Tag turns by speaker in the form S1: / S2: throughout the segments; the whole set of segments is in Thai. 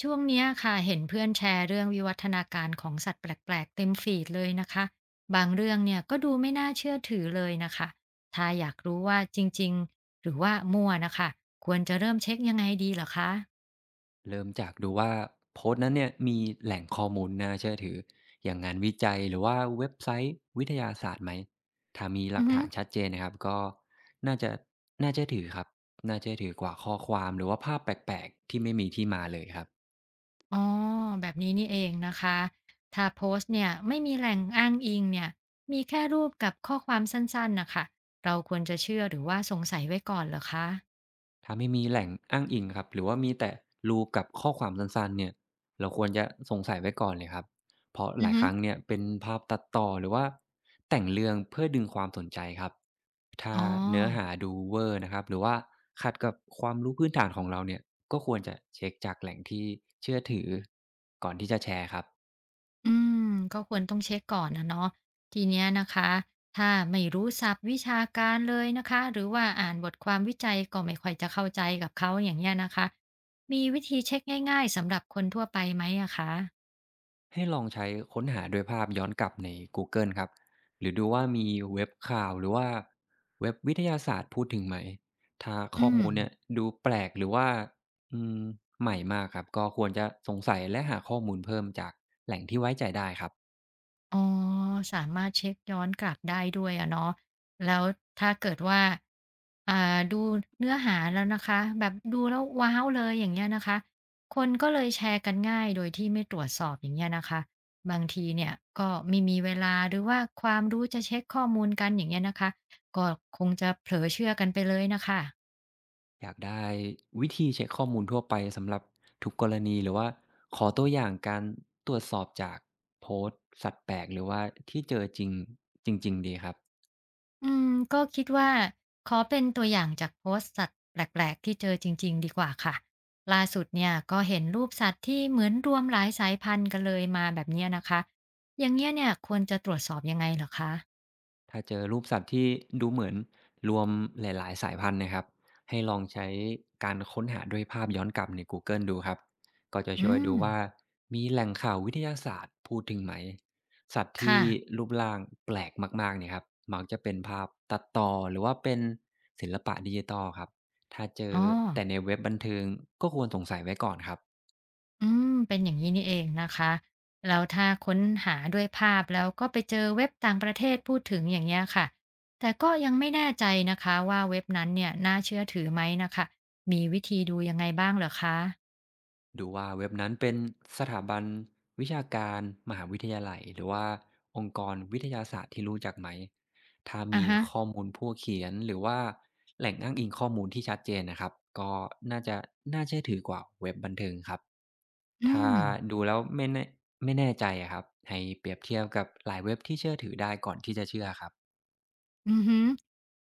S1: ช่วงเนี้ยค่ะเห็นเพื่อนแชร์เรื่องวิวัฒนาการของสัตว์แปลกๆเต็มฟีดเลยนะคะบางเรื่องเนี่ยก็ดูไม่น่าเชื่อถือเลยนะคะถ้าอยากรู้ว่าจริงๆหรือว่ามั่วนะคะควรจะเริ่มเช็คยังไงดีเหรอคะ
S2: เริ่มจากดูว่าโพสต์นั้นเนี่ยมีแหล่งข้อมูลน่าเชื่อถืออย่างงานวิจัยหรือว่าเว็บไซต์วิทยาศาสตร์ไหมถ้ามีหลั
S1: อื
S2: ก
S1: อฮึ
S2: ฐานชัดเจนนะครับก็น่าจะน่าเชื่อถือครับน่าเชื่อถือกว่าข้อความหรือว่าภาพแปลกๆที่ไม่มีที่มาเลยครับ
S1: อ๋อแบบนี้นี่เองนะคะถ้าโพสต์เนี่ยไม่มีแหล่งอ้างอิงเนี่ยมีแค่รูปกับข้อความสั้นๆนะคะเราควรจะเชื่อหรือว่าสงสัยไว้ก่อนเหรอคะ
S2: ถ้าไม่มีแหล่งอ้างอิงครับหรือว่ามีแต่รูกับข้อความสั้นๆเนี่ยเราควรจะสงสัยไว้ก่อนเลยครับเพราะห
S1: อือ
S2: ลาย
S1: ฮึ
S2: ครั้งเนี่ยเป็นภาพตัดต่อหรือว่าแต่งเรื่องเพื่อดึงความสนใจครับถ้า
S1: อ๋อ
S2: เนื้อหาดูเวอร์นะครับหรือว่าขัดกับความรู้พื้นฐานของเราเนี่ยก็ควรจะเช็คจากแหล่งที่เชื่อถือก่อนที่จะแชร์ครับ
S1: อืมก็ควรต้องเช็คก่อนนะเนาะทีเนี้ยนะคะถ้าไม่รู้ศัพท์วิชาการเลยนะคะหรือว่าอ่านบทความวิจัยก็ไม่ค่อยจะเข้าใจกับเขาอย่างเงี้ยนะคะมีวิธีเช็คง่ายๆสำหรับคนทั่วไปไหมอะคะ
S2: ให้ลองใช้ค้นหาด้วยภาพย้อนกลับในกูเกิลครับหรือดูว่ามีเว็บข่าวหรือว่าเว็บวิทยาศาสตร์พูดถึงไหมถ้าข้
S1: อื
S2: อ
S1: ม
S2: มูลเนี่ยดูแปลกหรือว่าอืมใหม่มากครับก็ควรจะสงสัยและหาข้อมูลเพิ่มจากแหล่งที่ไว้ใจได้ครับ
S1: อ๋อสามารถเช็คย้อนกลับได้ด้วยอะเนาะแล้วถ้าเกิดว่าดูเนื้อหาแล้วนะคะแบบดูแล้วว้าวเลยอย่างเงี้ยนะคะคนก็เลยแชร์กันง่ายโดยที่ไม่ตรวจสอบอย่างเงี้ยนะคะบางทีเนี่ยก็ไม่มีเวลาหรือว่าความรู้จะเช็คข้อมูลกันอย่างเงี้ยนะคะก็คงจะเผลอเชื่อกันไปเลยนะคะ
S2: อยากได้วิธีเช็คข้อมูลทั่วไปสำหรับทุกกรณีหรือว่าขอตัวอย่างการตรวจสอบจากโพสต์สัตว์แปลกหรือว่าที่เจอจริงจริงๆดีครับ
S1: อืมก็คิดว่าขอเป็นตัวอย่างจากโพสต์สัตว์แปลกๆที่เจอจริงๆดีกว่าค่ะล่าสุดเนี่ยก็เห็นรูปสัตว์ที่เหมือนรวมหลายสายพันธุ์กันเลยมาแบบเนี้ยนะคะอย่างเงี้ยเนี่ยควรจะตรวจสอบยังไงเหรอคะ
S2: ถ้าเจอรูปสัตว์ที่ดูเหมือนรวมหลายๆสายพันธุ์นะครับให้ลองใช้การค้นหาด้วยภาพย้อนกลับใน Google ดูครับก็จะช่
S1: อื
S2: วย
S1: ม
S2: ดูว่ามีแหล่งข่าววิทยาศาสตร์พูดถึงไหมสัตว์ที่
S1: ค่ะ
S2: รูปร่างแปลกมากๆเนี่ยครับมักจะเป็นภาพตัดต่อหรือว่าเป็นศิลปะดิจิตอลครับถ้าเจอ
S1: อ๋อ
S2: แต่ในเว็บบันเทิงก็ควรสงสัยไว้ก่อนครับ
S1: อืมเป็นอย่างงี้นี่เองนะคะแล้วถ้าค้นหาด้วยภาพแล้วก็ไปเจอเว็บต่างประเทศพูดถึงอย่างเงี้ยค่ะแต่ก็ยังไม่แน่ใจนะคะว่าเว็บนั้นเนี่ยน่าเชื่อถือไหมน่ะค่ะมีวิธีดูยังไงบ้างเหรอคะ
S2: ดูว่าเว็บนั้นเป็นสถาบันวิชาการมหาวิทยาลัยหรือว่าองค์กรวิทยาศาสตร์ที่รู้จักไหมถ้า
S1: อะ
S2: มี
S1: ฮะ
S2: ข้อมูลผู้เขียนหรือว่าแหล่งอ้างอิงข้อมูลที่ชัดเจนนะครับ ก็น่าจะน่าเชื่อถือกว่าเว็บบันเทิงครับ
S1: อื
S2: ถ้า
S1: ม
S2: ดูแล้วไม่แน่ใจอะครับให้เปรียบเทียบกับหลายเว็บที่เชื่อถือได้ก่อนที่จะเชื่อครับ
S1: อือฮึ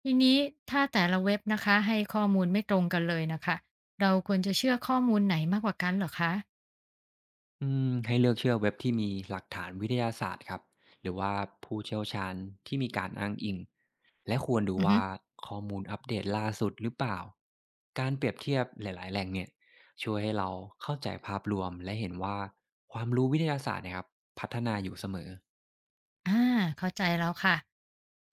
S1: ทีนี้ถ้าแต่ละเว็บนะคะให้ข้อมูลไม่ตรงกันเลยน่ะค่ะเราควรจะเชื่อข้อมูลไหนมากกว่ากันเหรอคะ
S2: อืมให้เลือกเชื่อเว็บที่มีหลักฐานวิทยาศาสตร์ครับหรือว่าผู้เชี่ยวชาญที่มีการอ้างอิงและควรดู
S1: อือฮึ
S2: ว่าข้อมูลอัปเดตล่าสุดหรือเปล่าการเปรียบเทียบหลายๆแหล่งเนี่ยช่วยให้เราเข้าใจภาพรวมและเห็นว่าความรู้วิทยาศาสตร์เนะครับพัฒนาอยู่เสมอ
S1: อาเข้าใจแล้วค่ะ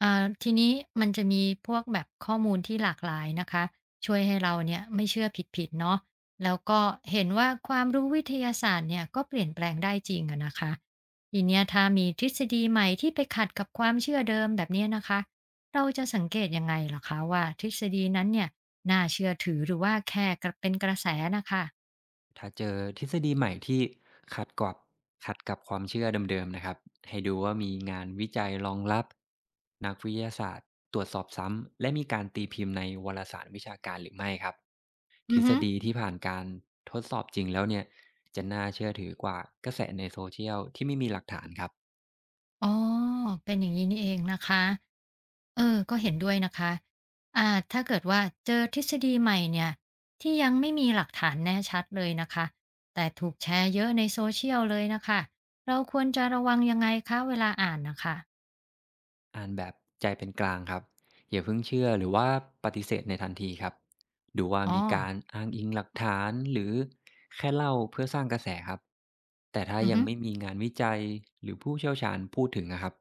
S1: ทีนี้มันจะมีพวกแบบข้อมูลที่หลากหลายนะคะช่วยให้เราเนี่ยไม่เชื่อผิดๆเนาะแล้วก็เห็นว่าความรู้วิทยาศาสตร์เนี่ยก็เปลี่ยนแปลงได้จริงอะนะคะทีเนี้ยถ้ามีทฤษฎีใหม่ที่ไปขัดกับความเชื่อเดิมแบบเนี้ยนะคะเราจะสังเกตยังไงเหรอคะว่าทฤษฎีนั้นเนี่ยน่าเชื่อถือหรือว่าแค่กระเป็นกระแสน่ะค่ะ
S2: ถ้าเจอทฤษฎีใหม่ที่ขัดกับขัดกับความเชื่อเดิมๆนะครับให้ดูว่ามีงานวิจัยรองรับนักวิทยาศาสตร์ตรวจสอบซ้ำและมีการตีพิมพ์ในวารสารวิชาการหรือไม่ครับท
S1: อื
S2: ฤ
S1: อ
S2: ษ
S1: ฮึ
S2: ฎีที่ผ่านการทดสอบจริงแล้วเนี่ยจะน่าเชื่อถือกว่ากระแสในโซเชียลที่ไม่มีหลักฐานครับ
S1: อ๋อเป็นอย่างงี้นี่เองนะคะ เออก็เห็นด้วยนะคะถ้าเกิดว่าเจอทฤษฎีใหม่เนี่ยที่ยังไม่มีหลักฐานแน่ชัดเลยนะคะแต่ถูกแชร์เยอะในโซเชียลเลยนะคะเราควรจะระวังยังไงคะเวลาอ่านนะคะ
S2: อ่านแบบใจเป็นกลางครับอย่าเพิ่งเชื่อหรือว่าปฏิเสธในทันทีครับดูว่า
S1: อ๋อ
S2: มีการอ้างอิงหลักฐานหรือแค่เล่าเพื่อสร้างกระแสครับแต่ถ้า
S1: อือ
S2: ยัง
S1: ฮึ
S2: ไม่มีงานวิจัยหรือผู้เชี่ยวชาญพูดถึงนะครับ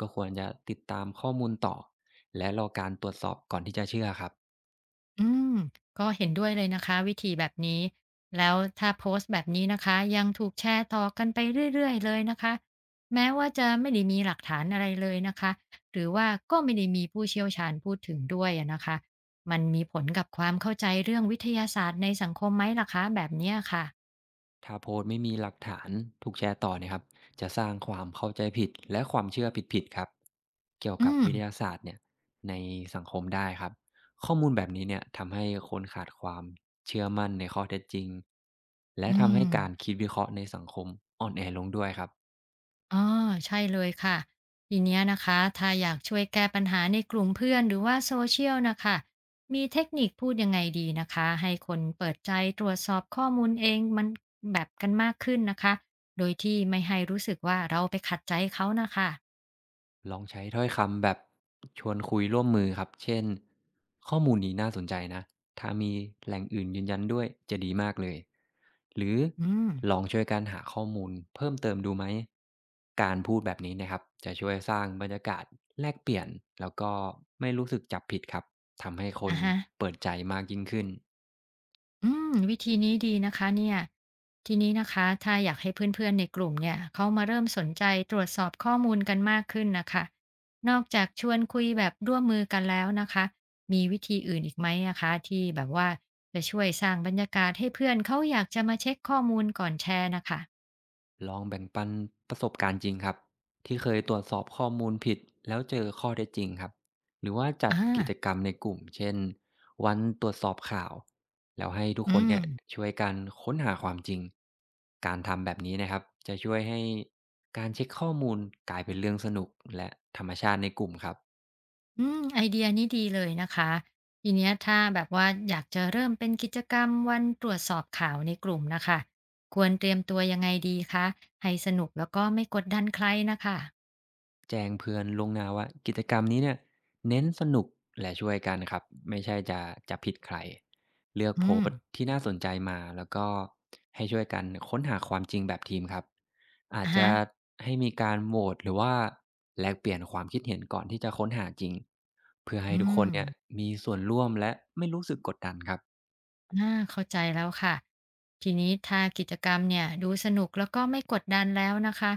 S2: ก็ควรจะติดตามข้อมูลต่อและรอการตรวจสอบก่อนที่จะเชื่อครับ
S1: อืมก็เห็นด้วยเลยนะคะวิธีแบบนี้แล้วถ้าโพสต์แบบนี้นะคะยังถูกแชร์ต่อกันไปเรื่อยๆเลยนะคะแม้ว่าจะไม่ได้มีหลักฐานอะไรเลยนะคะหรือว่าก็ไม่ได้มีผู้เชี่ยวชาญพูดถึงด้วยอะนะคะมันมีผลกับความเข้าใจเรื่องวิทยาศาสตร์ในสังคมไหมล่ะคะแบบเนี้ยค่ะ
S2: ถ้าโพสต์ไม่มีหลักฐานถูกแชร์ต่อเนยครับจะสร้างความเข้าใจผิดและความเชื่อผิดๆครับเกี่ยวกั
S1: อื
S2: บ
S1: ม
S2: วิทยาศาสตร์เนี่ยในสังคมได้ครับข้อมูลแบบนี้เนี่ยทำให้คนขาดความเชื่อมั่นในข้อเท็จจริงและ
S1: อื
S2: ทำให้
S1: ม
S2: การคิดวิเคราะห์ในสังคมอ่อนแอลงด้วยครับ
S1: อ๋อใช่เลยค่ะทีเนี้ยนะคะถ้าอยากช่วยแก้ปัญหาในกลุ่มเพื่อนหรือว่าโซเชียลนะคะมีเทคนิคพูดยังไงดีนะคะให้คนเปิดใจตรวจสอบข้อมูลเองมันแบบกันมากขึ้นนะคะโดยที่ไม่ให้รู้สึกว่าเราไปขัดใจเขานะคะ
S2: ลองใช้ถ้อยคำแบบชวนคุยร่วมมือครับ เช่นข้อมูลนี้น่าสนใจนะถ้ามีแหล่งอื่นยืนยันด้วยจะดีมากเลยหรือ
S1: อืม
S2: ลองช่วยกันหาข้อมูลเพิ่มเติมดูไหมการพูดแบบนี้นะครับจะช่วยสร้างบรรยากาศแลกเปลี่ยนแล้วก็ไม่รู้สึกจับผิดครับทำให้คน
S1: อะฮะ
S2: เปิดใจมากยิ่งขึ้น
S1: อืมวิธีนี้ดีนะคะเนี่ยทีนี้นะคะถ้าอยากให้เพื่อนๆในกลุ่มเนี่ยเขามาเริ่มสนใจตรวจสอบข้อมูลกันมากขึ้นนะคะนอกจากชวนคุยแบบร่วมมือกันแล้วนะคะมีวิธีอื่นอีกไหมนะคะที่แบบว่าจะช่วยสร้างบรรยากาศให้เพื่อนเขาอยากจะมาเช็คข้อมูลก่อนแชร์นะคะ
S2: ลองแบ่งปันประสบการณ์จริงครับที่เคยตรวจสอบข้อมูลผิดแล้วเจอข้อเท็จจริงครับหรือว่าจัด
S1: อ่า
S2: กิจกรรมในกลุ่มเช่นวันตรวจสอบข่าวแล้วให้ทุก
S1: อื
S2: คน
S1: ม
S2: เนี่ยช่วยกันค้นหาความจริงการทำแบบนี้นะครับจะช่วยให้การเช็คข้อมูลกลายเป็นเรื่องสนุกและธรรมชาติในกลุ่มครับ
S1: อืมไอเดียนี้ดีเลยนะคะทีเนี้ยถ้าแบบว่าอยากจะเริ่มเป็นกิจกรรมวันตรวจสอบข่าวในกลุ่มนะคะควรเตรียมตัวยังไงดีคะให้สนุกแล้วก็ไม่กดดันใครนะคะ
S2: แจ้งเพื่อนล่วงหน้าว่ากิจกรรมนี้เนี่ยเน้นสนุกและช่วยกันครับไม่ใช่จะผิดใครเลือกโพ
S1: อืม
S2: สต์ที่น่าสนใจมาแล้วก็ให้ช่วยกันค้นหาความจริงแบบทีมครับอาจ
S1: อะ
S2: จะ
S1: ฮะ
S2: ให้มีการโหวตหรือว่าแลกเปลี่ยนความคิดเห็นก่อนที่จะค้นหาจริงเพื่อให้
S1: อื
S2: ทุกค
S1: ม
S2: นเนี่ยมีส่วนร่วมและไม่รู้สึกกดดันครับ
S1: อาเข้าใจแล้วค่ะทีนี้ถ้ากิจกรรมเนี่ยดูสนุกแล้วก็ไม่กดดันแล้วนะคะ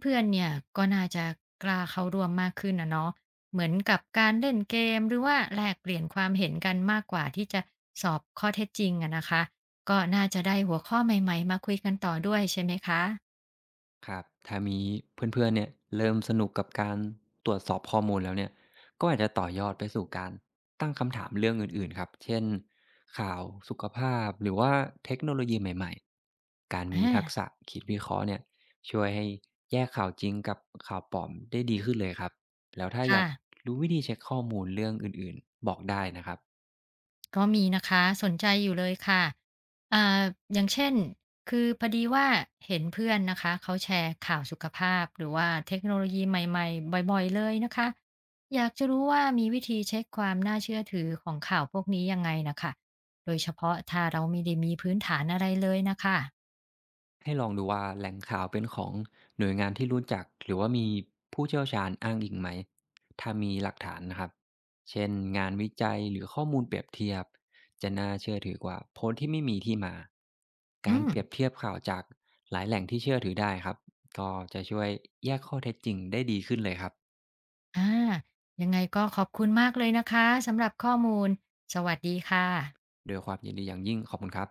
S1: เพื่อนๆเนี่ยก็น่าจะกล้าเข้าร่วมมากขึ้นอะเนาะเหมือนกับการเล่นเกมหรือว่าแลกเปลี่ยนความเห็นกันมากกว่าที่จะสอบข้อเท็จจริงอะนะคะก็น่าจะได้หัวข้อใหม่ๆมาคุยกันต่อด้วยใช่ไหมคะ
S2: ครับถ้ามีเพื่อนๆเนี่ยเริ่มสนุกกับการตรวจสอบข้อมูลแล้วเนี่ยก็อาจจะต่อยอดไปสู่การตั้งคำถามเรื่องอื่นๆครับเช่นข่าวสุขภาพหรือว่าเทคโนโลยีใหม่ๆการมีทัก
S1: อา
S2: ษะคิดวิเคราะห์เนี่ยช่วยให้แยกข่าวจริงกับข่าวปลอมได้ดีขึ้นเลยครับแล้วถ้าอยา
S1: ค่ะ
S2: กรู้วิธีเช็คข้อมูลเรื่องอื่นๆบอกได้นะครับ
S1: ก็มีนะคะสนใจอยู่เลยค่ะอ่าอย่างเช่น คือพอดีว่าเห็นเพื่อนนะคะเขาแชร์ข่าวสุขภาพหรือว่าเทคโนโลยีใหม่ๆบ่อยๆเลยนะคะอยากจะรู้ว่ามีวิธีเช็คความน่าเชื่อถือของข่าวพวกนี้ยังไงนะคะโดยเฉพาะถ้าเราไม่ได้มีพื้นฐานอะไรเลยนะคะ
S2: ให้ลองดูว่าแหล่งข่าวเป็นของหน่วยงานที่รู้จักหรือว่ามีผู้เชี่ยวชาญอ้างอิงไหมถ้ามีหลักฐานนะครับเช่นงานวิจัยหรือข้อมูลเปรียบเทียบจะน่าเชื่อถือกว่าโพสต์ที่ไม่มีที่มากา
S1: อื
S2: ร
S1: ม
S2: เปรียบเทียบข่าวจากหลายแหล่งที่เชื่อถือได้ครับก็จะช่วยแยกข้อเท็จจริงได้ดีขึ้นเลยครับ
S1: อ่ายังไงก็ขอบคุณมากเลยนะคะสำหรับข้อมูล สวัสดีค่ะ
S2: โดวยความยินดีอย่างยิ่งขอบคุณครับ